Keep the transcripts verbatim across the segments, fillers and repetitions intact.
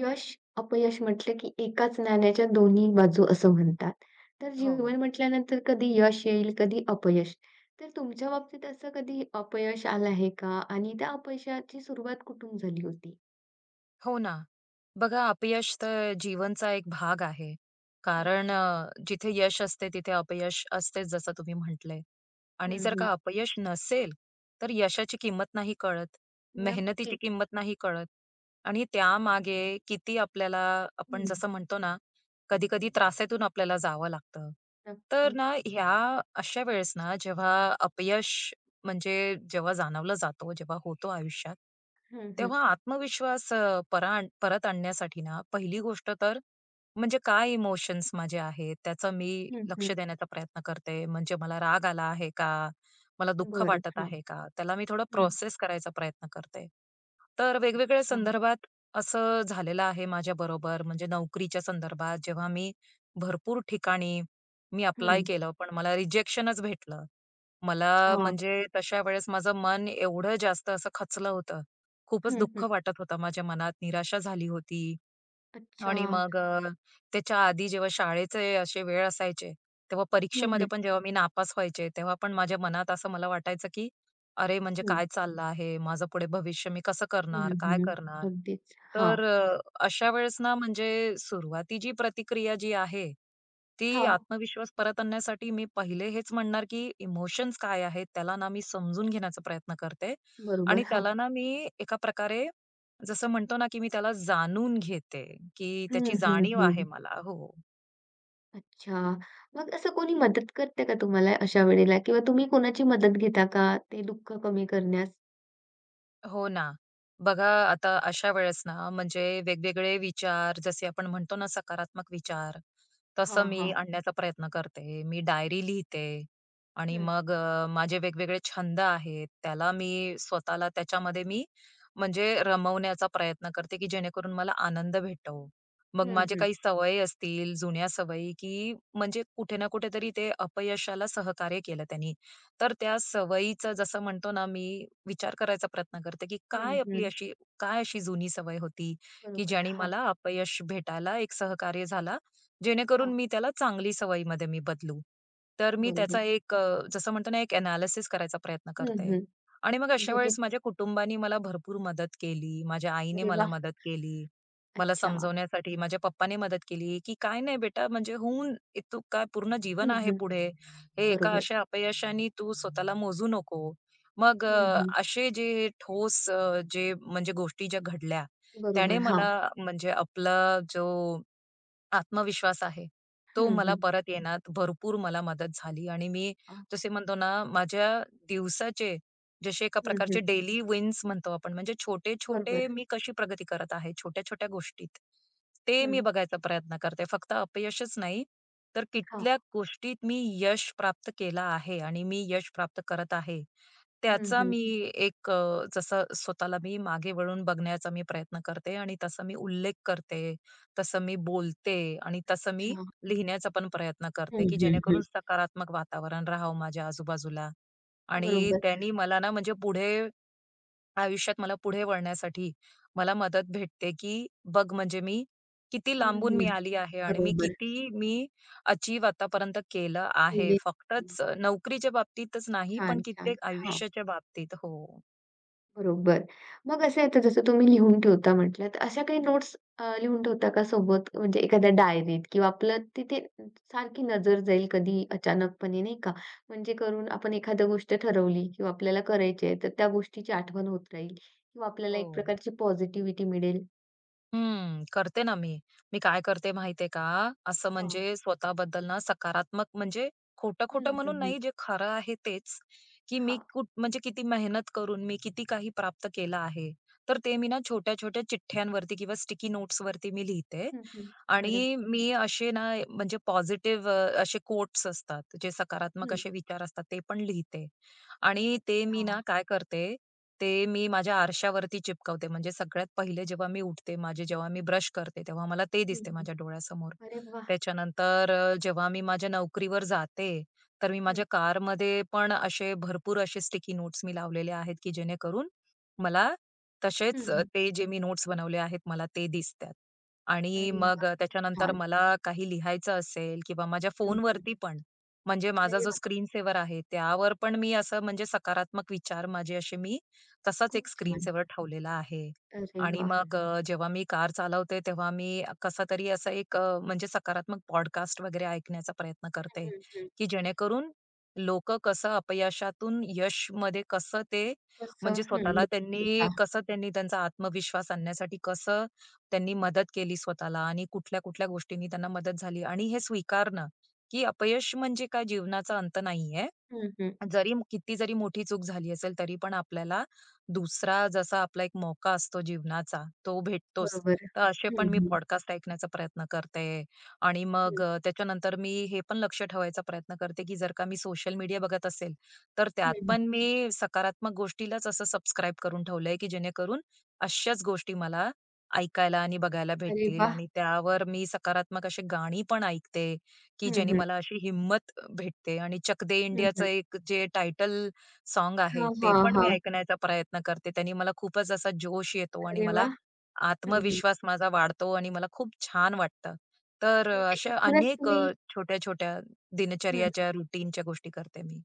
यश, अपयश म्हटलं की एकाच नाण्याच्या दोन्ही बाजू असं म्हणतात. तर हो. जीवन म्हटल्यानंतर कधी यश येईल, कधी अपयश. तर तुमच्या बाबतीत असं कधी अपयश आलं आहे का? आणि त्या अपयशाची सुरुवात कुठून झाली होती? हो ना. बघा अपयश तर जीवनचा एक भाग आहे. कारण नक्की. अ, जिथे यश असते तिथे अपयश असतेच जसं तुम्ही म्हटलंय. आणि हं, जर हं. का अपयश नसेल, तर यशाची किंमत नाही कळत. मेहनतीची नक्कीच. किंमत नाही कळत. आणि त्यामागे किती आपल्याला आपण हं. जसं म्हणतो ना, कधी-कधी त्रासातून आपल्याला जावं लागतं. तर नक्कीच. ना ह्या अशा वेळेस ना जेव्हा अपयश म्हणजे जेव्हा जाणवला जातो, जेव्हा होतो आयुष्यात, हं, हं. तेव्हा आत्मविश्वास अ, परा परत आणण्यासाठी ना, पहिली गोष्ट तर म्हणजे काय इमोशन्स माझे आहेत, त्याचा मी हं, लक्ष हं. देण्याचा प्रयत्न करते. म्हणजे मला राग आला आहे का? मला दुःख बरं. वाटत हां. आहे का? त्याला मी थोडं हं. प्रोसेस करायचा प्रयत्न करते. तर वेगवेगळ्या अच्छा. संदर्भात असं झालेलं आहे माझ्याबरोबर. म्हणजे नोकरीच्या संदर्भात जेव्हा मी भरपूर ठिकाणी मी अप्लाय हं. केलं, पण मला रिजेक्शनच भेटलं. मला अच्छा. म्हणजे तशा वेळेस माझं मन एवढं जास्त असं खचलं होतं. खूपच हं, दुःख हं. वाटत होतं माझ्या मनात, निराशा झाली होती अच्छा. आणि मग अ, त्याच्या आधी जेव्हा शाळेचे असे वेळ असायचे, तेव्हा हं, परीक्षेमध्ये हं. पण जेव्हा मी नापास व्हायचे, तेव्हा पण माझ्या मनात असं मला वाटायचं, की अरे, म्हणजे हं. काय चाललं आहे? माझं पुढे भविष्य मी कसं हं, करणार? काय हं. करणार? अगदीच. हां. तर अ, अशा वेळेस ना, म्हणजे सुरुवातीची प्रतिक्रिया जी आहे, ती हां. आत्मविश्वास परत आणण्यासाठी मी पहिले हेच म्हणणार, की इमोशन्स काय आहेत? त्याला ना, मी समजून घेण्याचा प्रयत्न करते बरोबर. आणि हां. त्याला ना, मी एका प्रकारे जसं म्हणतो ना, की मी त्याला जाणून घेते, की त्याची हं, हं, जाणीव आहे हं. मला. हो. अच्छा. मग असं कोणी मदत करते का तुम्हाला अशा वेळेला किंवा तुम्ही कोणाची मदत घेता का ते दुःख कमी करण्यास? हो ना. बघा आता अशा वेळेस ना, म्हणजे वेगवेगळे विचार जसे आपण म्हणतो ना सकारात्मक विचार, हां, तसं मी हां. आणण्याचा प्रयत्न करते. मी डायरी लिहिते आणि हं. मग अ, माझे वेगवेगळे छंद आहेत, त्याला मी स्वतःला त्याच्यामध्ये मी म्हणजे रमवण्याचा प्रयत्न करते, की जेणेकरून मला आनंद भेटो. मग हं, माझे हं. काही सवयी असतील, जुन्या सवयी, की म्हणजे कुठे ना कुठेतरी ते अपयशाला सहकार्य केलं त्यांनी. तर त्या सवयीचा जसं म्हणतो ना मी विचार करायचा प्रयत्न करते, की हं, काय आपली हं. अशी काय अशी जुनी सवय होती, की बरोबर. ज्याने हा मला अपयश भेटायला एक सहकार्य झाला, जेणेकरून हां. मी त्याला चांगली सवयीमध्ये मी बदलू. तर मी बरोबर. त्याचा एक अ, जसं म्हणतो ना एक एनालिसिस करायचा प्रयत्न हं, करते. हं. आणि मग अशा दिदी वेळेस माझ्या कुटुंबाने मला भरपूर मदत केली. माझ्या आईने अरे मला वाह! मदत केली. मला अच्छा. समजवण्यासाठी माझ्या पप्पाने मदत केली, की "काय नाही बेटा, म्हणजे होऊन इ- तू काय पूर्ण जीवन हं, आहे हं. पुढे. हे एका बरोबर. अशा अपयशाने तू स्वतःला मोजू नको. मग हं, अ, हं. असे जे ठोस अ, जे म्हणजे गोष्टी ज्या घडल्या, त्याने बरोबर. हां. मला म्हणजे आपला जो आत्मविश्वास आहे. तो हं, मला हं. परत येण्यात भरपूर मला मदत झाली आणि मी अ, जसे म्हणतो ना, माझ्या दिवसाचे जसे एका हं, प्रकारचे हं. डेली विन्स म्हणतो आपण, म्हणजे बरोबर. छोटे-छोटे मी कशी प्रगती करत आहे छोट्या-छोट्या गोष्टीत. ते मी हं. बघायचा प्रयत्न करते. फक्त अपयशच नाही, तर हां. कित्येक गोष्टीत मी यश प्राप्त केलं आहे आणि मी यश प्राप्त करत आहे. हं, त्याचा हं. मी एक अ, जसं स्वतःला मी मागे वळून बघण्याचा मी प्रयत्न करते आणि तसा मी उल्लेख करते, तसं मी बोलते आणि तसं मी अच्छा. लिहिण्याचा पण प्रयत्न करते, हं, की हं, जेणेकरून हं. सकारात्मक वातावरण राहावं माझ्या आजूबाजूला आणि बरोबर. त्यांनी मला ना म्हणजे पुढे आयुष्यात मला पुढे वळण्यासाठी मला मदत भेटते, की बघ म्हणजे मी किती हं, लांबून मी हं. आली आहे आणि मी बरोबर. किती मी अचीव्ह आतापर्यंत केलं आहे. केली. फक्तच नोकरीच्या बाबतीतच नाही, पण छान, छान. कित्येक हां. आयुष्याच्या बाबतीत. हो. बरोबर. मग असं येतं जसं तुम्ही लिहून ठेवता म्हटलं, तर अशा काही नोट्स अ, लिहून ठेवता का सोबत? म्हणजे एखाद्या डायरीत किंवा आपलं तिथे सारखी नजर जाईल कधी अचानकपणे नाही का? म्हणजे करून आपण एखादी गोष्ट ठरवली किंवा आपल्याला करायची आहे, तर त्या गोष्टीची आठवण होत राहील किंवा आपल्याला हो. एक प्रकारची पॉझिटिव्हिटी मिळेल. हं, करते ना मी. मी काय करते माहितीये का? असं हां. म्हणजे स्वतःबद्दल ना सकारात्मक म्हणजे हं, खोटं-खोटं म्हणून हं, हं. नाही, जे खरं आहे तेच, की मी हां. कुठ म्हणजे किती मेहनत करून मी किती काही प्राप्त केलं आहे. तर ते मी ना छोट्या-छोट्या चिठ्ठ्यांवरती किंवा स्टिकी नोट्सवरती मी लिहिते हं, हं. अरे आणि वाह! मी असे ना म्हणजे पॉझिटिव्ह असे कोट्स असतात, जे सकारात्मक हं. असे विचार असतात, ते पण लिहिते आणि ते मी ना अच्छा. काय करते ते मी माझ्या आरशावरती चिपकवते. म्हणजे सगळ्यात पहिले जेव्हा मी उठते, माझे जेव्हा मी ब्रश करते, तेव्हा मला ते हं, दिसते हं. माझ्या डोळ्यासमोर. अरे वाह! त्याच्यानंतर अ, जेव्हा मी माझ्या नोकरीवर जाते, तर मी हं. माझ्या कारमध्ये पण असे भरपूर असे स्टिकी नोट्स मी लावलेले आहेत, की जेणेकरून मला हं, तसेच अ, हं. ते जे मी नोट्स बनवले आहेत, मला ते दिसतात. आणि अरे मग वाह! अ, खूप त्याच्यानंतर छान. मला काही लिहायचं असेल किंवा माझ्या हं, हं. फोनवरती पण, म्हणजे माझा अरे जो वाह! स्क्रीन सेव्हर आहे, त्यावर पण मी असं म्हणजे सकारात्मक विचार माझे असे मी तसाच खूप एक स्क्रीन छान. सेव्हर ठेवलेला आहे. अरे आणि वाह! मग बरोबर. अ, जेव्हा मी कार चालवते तेव्हा मी कसातरी असा एक अ, म्हणजे सकारात्मक पॉडकास्ट वगैरे ऐकण्याचा प्रयत्न करते, हं, हं. की जेणेकरून लोकं कसं अपयशातून यशमध्ये कसं ते तसं म्हणजे हं, स्वतःला त्यांनी बचतगटा. कसं त्यांनी त्यांचा आत्मविश्वास आणण्यासाठी कसं त्यांनी मदत केली स्वतःला आणि कुठल्या-कुठल्या गोष्टींनी त्यांना मदत झाली आणि हे स्वीकारणं, की अपयश म्हणजे काय जीवनाचा अंत नाहीये. हं, हं. जरी म- किती जरी मोठी चूक झाली असेल तरी पण आपल्याला दुसरा जसा आपला एक मौका असतो जीवनाचा तो भेटतोच. बरोबर. तर असे पण हं, मी हं. पॉडकास्ट ऐकण्याचा प्रयत्न करते आणि हं, मग हं, अ, त्याच्यानंतर मी हे पण लक्ष ठेवायचा प्रयत्न करते, की जर का मी सोशल मीडिया बघत असेल, तर हं. त्यात हं. पण मी सकारात्मक गोष्टीलाच असं सबस्क्राईब करून ठेवलंय, की जेणेकरून अशाच गोष्टी मला ऐकायला आणि बघायला अरे भेटतील वाह! आणि त्यावर मी सकारात्मक अशी गाणी पण ऐकते, की हं, ज्याने हं. मला अशी हिंमत भेटते आणि चक दे हं, इंडियाचं हं. एक जे टायटल सॉन्ग आहे, हां, ते हां, पण मी हां. ऐकण्याचा प्रयत्न करते. त्याने मला खूपच असा जोश येतो आणि अरे मला वाह! हं, हं. आत्मविश्वास माझा वाढतो आणि मला खूप छान वाटतं. तर अ, म्हणजे अशा एकूणच अनेक अ, तुम्ही छोट्या-छोट्या हं, हं. दिनचर्याच्या, रुटीनच्या गोष्टी करते मी.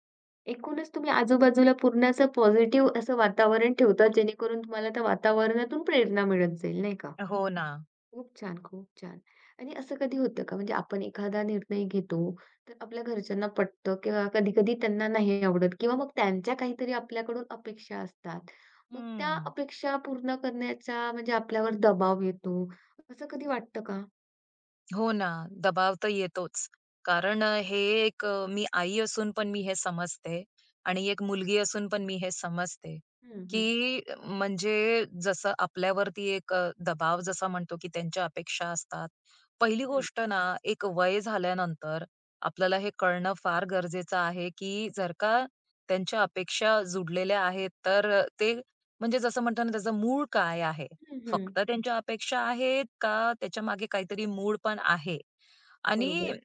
एकूणच तुम्ही आजूबाजूला पूर्ण असं पॉझिटिव्ह असं वातावरण ठेवता, जेणेकरून तुम्हाला त्या वातावरणातून प्रेरणा मिळत जाईल, नाही का? हो ना. खूप छान, खूप छान. आणि असं कधी होतं का म्हणजे आपण एखादा निर्णय घेतो, तर आपल्या घरच्यांना पटतं किंवा कधी-कधी त्यांना नाही आवडत किंवा मग त्यांच्या काहीतरी आपल्याकडून अपेक्षा असतात. मग त्या हं. अपेक्षा पूर्ण करण्याचा म्हणजे आपल्यावर दबाव येतो. असं कधी वाटतं का? हो ना, दबाव तर येतोच. कारण अ, हे एक अ, मी आई असून पण मी हे समजते आणि एक मुलगी असून पण मी हे समजते, हं, हं, की अ, म्हणजे जसं आपल्यावरती एक अ, दबाव जसा म्हणतो, की त्यांच्या अपेक्षा असतात. पहिली हं, गोष्ट ना, एक वय झाल्यानंतर आपल्याला हे कळणं फार गरजेचं आहे, की जर का त्यांच्या अपेक्षा जुडलेल्या आहेत, तर अ, ते म्हणजे जसं म्हणतो ना, त्याचं मूळ काय आहे? हं, हं. फक्त त्यांच्या अपेक्षा आहेत का त्याच्यामागे काहीतरी मूड पण आहे? आणि बरोबर.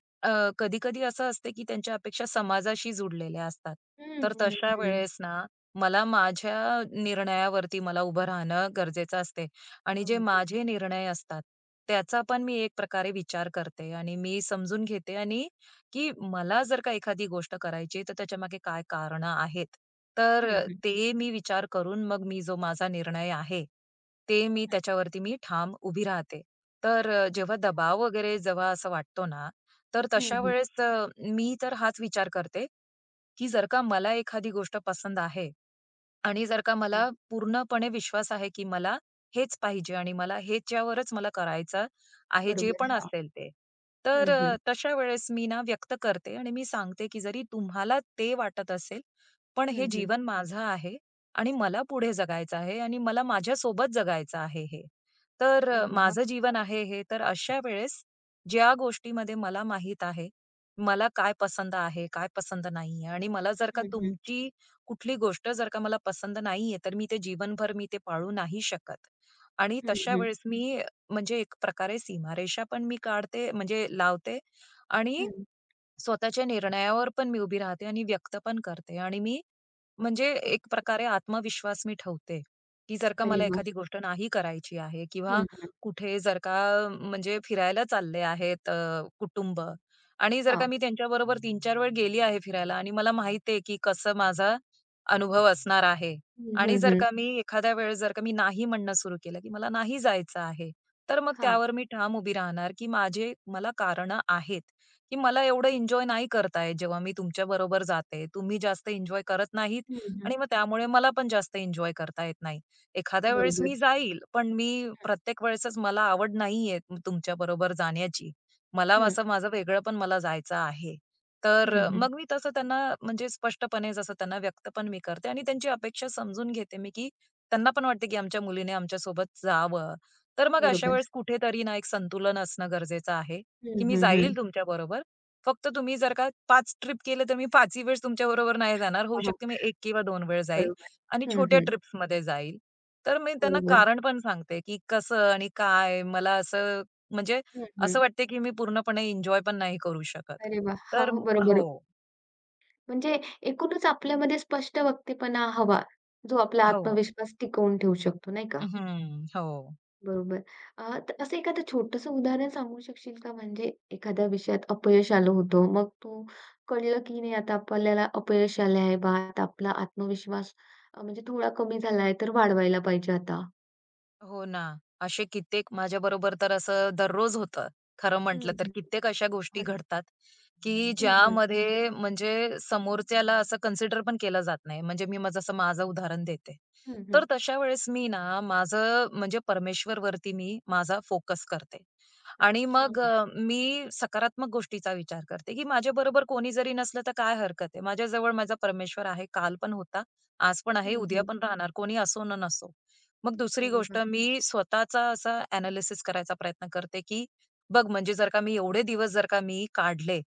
कधी-कधी असं असते की त्यांच्या अपेक्षा समाजाशी जुडलेल्या असतात. हं, तर हं, तशा हं. वेळेस ना, मला माझ्या निर्णयावरती मला उभं राहणं गरजेचं असते आणि जे माझे अगदीच. निर्णय असतात, त्याचा पण मी एक प्रकारे विचार करते आणि मी समजून घेते आणि की मला जर का एखादी गोष्ट करायची तर तर त्याच्यामागे काय कारणं आहेत. हं, तर हं, ते मी विचार करून मग मी जो माझा निर्णय आहे, ते मी हं, त्याच्यावरती मी ठाम उभी राहते. तर अ, जेव्हा दबाव वगैरे जेव्हा असं वाटतो ना, तर हं, तशा हं. वेळेस अ, मी तर हाच विचार करते, की जर का मला एखादी गोष्ट पसंत आहे, आणि जर का अच्छा. मला पूर्णपणे विश्वास आहे, की मला हेच पाहिजे आणि मला ह्याच्यावरच मला करायचं आहे, जे बरोबर. पण हां. असेल ते. तर हं, अ, हं, तशा वेळेस मी ना व्यक्त करते आणि मी सांगते, की जरी तुम्हाला ते वाटत असेल पण हे हं, हं. जीवन माझं आहे आणि मला पुढे जगायचं आहे आणि मला माझ्यासोबत जगायचं आहे हे. तर अ, अरे वाह! माझं जीवन हां. आहे हे, तर अशा वेळेस ज्या गोष्टीमध्ये मला माहीत आहे, मला काय पसंत आहे, काय पसंत नाहीये आणि मला जर का हं, हं, तुमची कुठली गोष्ट जर का मला पसंत नाहीये, तर मी ते जीवनभर मी ते पाळू नाही शकत. आणि हं, तशा हं, वेळेस मी म्हणजे एक प्रकारे सीमारेषा पण मी काढते म्हणजे लावते आणि हं. स्वतःच्या निर्णयावर पण मी उभी राहते आणि व्यक्त पण करते आणि मी म्हणजे खूप एक प्रकारे आत्मविश्वास मी ठेवते, की जर का अरे मला वाह! एखादी गोष्ट नाही करायची आहे किंवा हं. कुठे जर का म्हणजे फिरायला चालले आहेत अ, कुटुंब आणि जर का हां. मी त्यांच्याबरोबर तीन चार वेळ गेली आहे फिरायला आणि मला माहिती आहे, की कसं माझा अनुभव असणार आहे हं, आणि हं, जर हं. का मी एखाद्या वेळेस जर का मी नाही म्हणणं सुरू केलं, की मला नाही जायचं आहे, तर मग हां. त्यावर मी ठाम उभी राहणार, की माझे मला कारणं आहेत. की मला एवढं एन्जॉय नाही करता येत जेव्हा मी तुमच्याबरोबर जाते. तुम्ही जास्त एन्जॉय करत नाहीत हं, हं. आणि मग त्यामुळे मला पण जास्त एन्जॉय करता येत नाही. एखाद्या वेळेस बरोबर. मी जाईल, पण मी प्रत्येक वेळेसच मला आवड नाहीये तुमच्याबरोबर जाण्याची. मला हं, असं माझं वेगळं पण मला जायचं आहे. तर हं, अ, हं. मग मी तसं त्यांना म्हणजे स्पष्टपणे जसं त्यांना व्यक्त पण मी करते आणि त्यांची अपेक्षा समजून घेते मी, की त्यांना पण वाटते की आमच्या मुलीने आमच्यासोबत जावं. तर मग अशा बरोबर. वेळेस कुठेतरी ना एक संतुलन असणं गरजेचं आहे, की हं, मी हं, हं. जाईल तुमच्याबरोबर, फक्त तुम्ही जर का पाच ट्रिप केले, तर मी पाचही वेळेस तुमच्याबरोबर नाही जाणार. होऊ हां, हां. शकते मी एक किंवा दोन वेळेस जाईल बरोबर. आणि हं, छोट्या हं. ट्रिप्समध्ये जाईल. तर मी त्यांना बरोबर. कारण पण सांगते, की कसं आणि काय मला असं म्हणजे हं, असं हं. वाटते, की मी पूर्णपणे एन्जॉय पण नाही करू शकत. अरे वाह! हां, तर हो, हो. बरोबर. म्हणजे एकूणच आपल्यामध्ये स्पष्ट वक्तेपणा हवा, जो आपला हो. आत्मविश्वास टिकवून ठेवू शकतो, नाही का? हं. हो. बरोबर. अ, तर असं एखादं छोटंसं उदाहरण सांगू शकशील का? म्हणजे एखाद्या विषयात अपयश आलं होतं. मग तो कळलं की नाही आता आपल्याला अपयश आलं आहे बा, आता आपला आत्मविश्वास अ, म्हणजे थोडा कमी झाला आहे, तर वाढवायला पाहिजे आता. हो ना. असे कित्येक माझ्या बरोबर तर असं दररोज होतं. खरं हं, म्हटलं तर हं. कित्येक अशा गोष्टी हं, हं. घडतात, की हं, हं. ज्यामध्ये म्हणजे समोरच्याला असं कन्सिडर पण केलं जात नाही. म्हणजे मी माझं असं माझं उदाहरण देते. तर तशा वेळेस मी ना माझं म्हणजे परमेश्वर वरती मी माझा फोकस करते. आणि अच्छा. मग अ, मी सकारात्मक गोष्टीचा विचार करते, की माझ्याबरोबर कोणी जरी नसलं तर काय हरकत आहे. माझ्याजवळ माझा परमेश्वर आहे. काल पण होता, आज पण आहे, हं, उद्या हं. पण राहणार. कोणी असो न नसो. मग दुसरी अरे गोष्ट वाह! मी स्वतःचा असा एनालिसिस करायचा प्रयत्न करते, की बघ म्हणजे जर का मी एवढे दिवस जर का मी काढले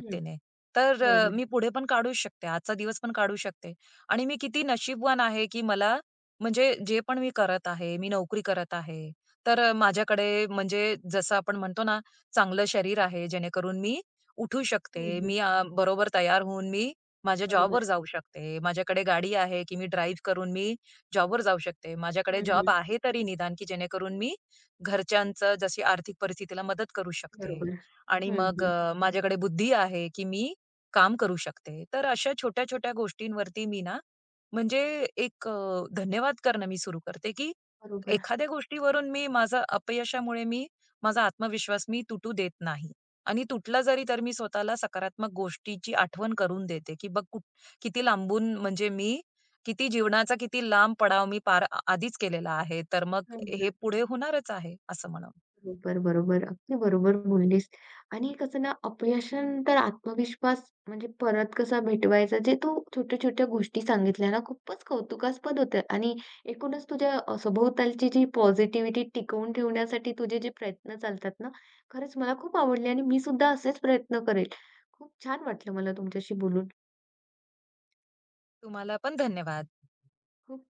हं. तर अ, बरोबर. मी पुढे पण काढूच शकते. आजचा दिवस पण काढू शकते. आणि मी किती नशीबवान आहे, की मला म्हणजे जे पण मी करत आहे, मी नोकरी करत आहे. तर अ, माझ्याकडे म्हणजे जसं आपण म्हणतो ना, चांगलं शरीर आहे, जेणेकरून मी उठू हं, शकते. हं. मी अ, बरोबर तयार होऊन मी माझ्या बरोबर. जॉबवर जाऊ शकते. माझ्याकडे गाडी आहे, की मी ड्राईव्ह करून मी जॉबवर जाऊ शकते. हं, माझ्याकडे जॉब हं. आहे तरी निदान, की जेणेकरून मी घरच्यांचं जशी आर्थिक परिस्थितीला मदत करू शकते. बरोबर. आणि हं, मग हं. अ, माझ्याकडे बुद्धी आहे, की मी काम करू शकते. तर अशा छोट्या-छोट्या गोष्टींवरती मी ना, म्हणजे एक अ, धन्यवाद करणं मी सुरू करते, की बरोबर. एखाद्या गोष्टीवरून मी माझं अपयशामुळे मी माझा आत्मविश्वास मी तुटू देत नाही. आणि तुटला जरी तर मी स्वतःला सकारात्मक गोष्टीची आठवण करून देते, की बघ कुठ किती लांबून म्हणजे मी किती जीवनाचा किती लांब पडाव मी पार आ- आधीच केलेला आहे. तर मग हं, हे पुढे होणारच आहे असं म्हणून. बरोबर, बरोबर. अगदी बरोबर बोललीस. आणि कसं ना, अपयशानंतर आत्मविश्वास म्हणजे परत कसा भेटवायचा, जे तू छोट्या-छोट्या गोष्टी सांगितल्या ना, खूपच कौतुकास्पद होत्या आणि एकूणच तुझ्या अ, सभोवतालची जी पॉझिटिव्हिटी टिकवून ठेवण्यासाठी तुझे जे प्रयत्न चालतात ना, खरंच मला खूप आवडले आणि मी सुद्धा असेच प्रयत्न करेल. खूप छान वाटलं मला तुमच्याशी बोलून. तुम्हाला पण धन्यवाद. खूप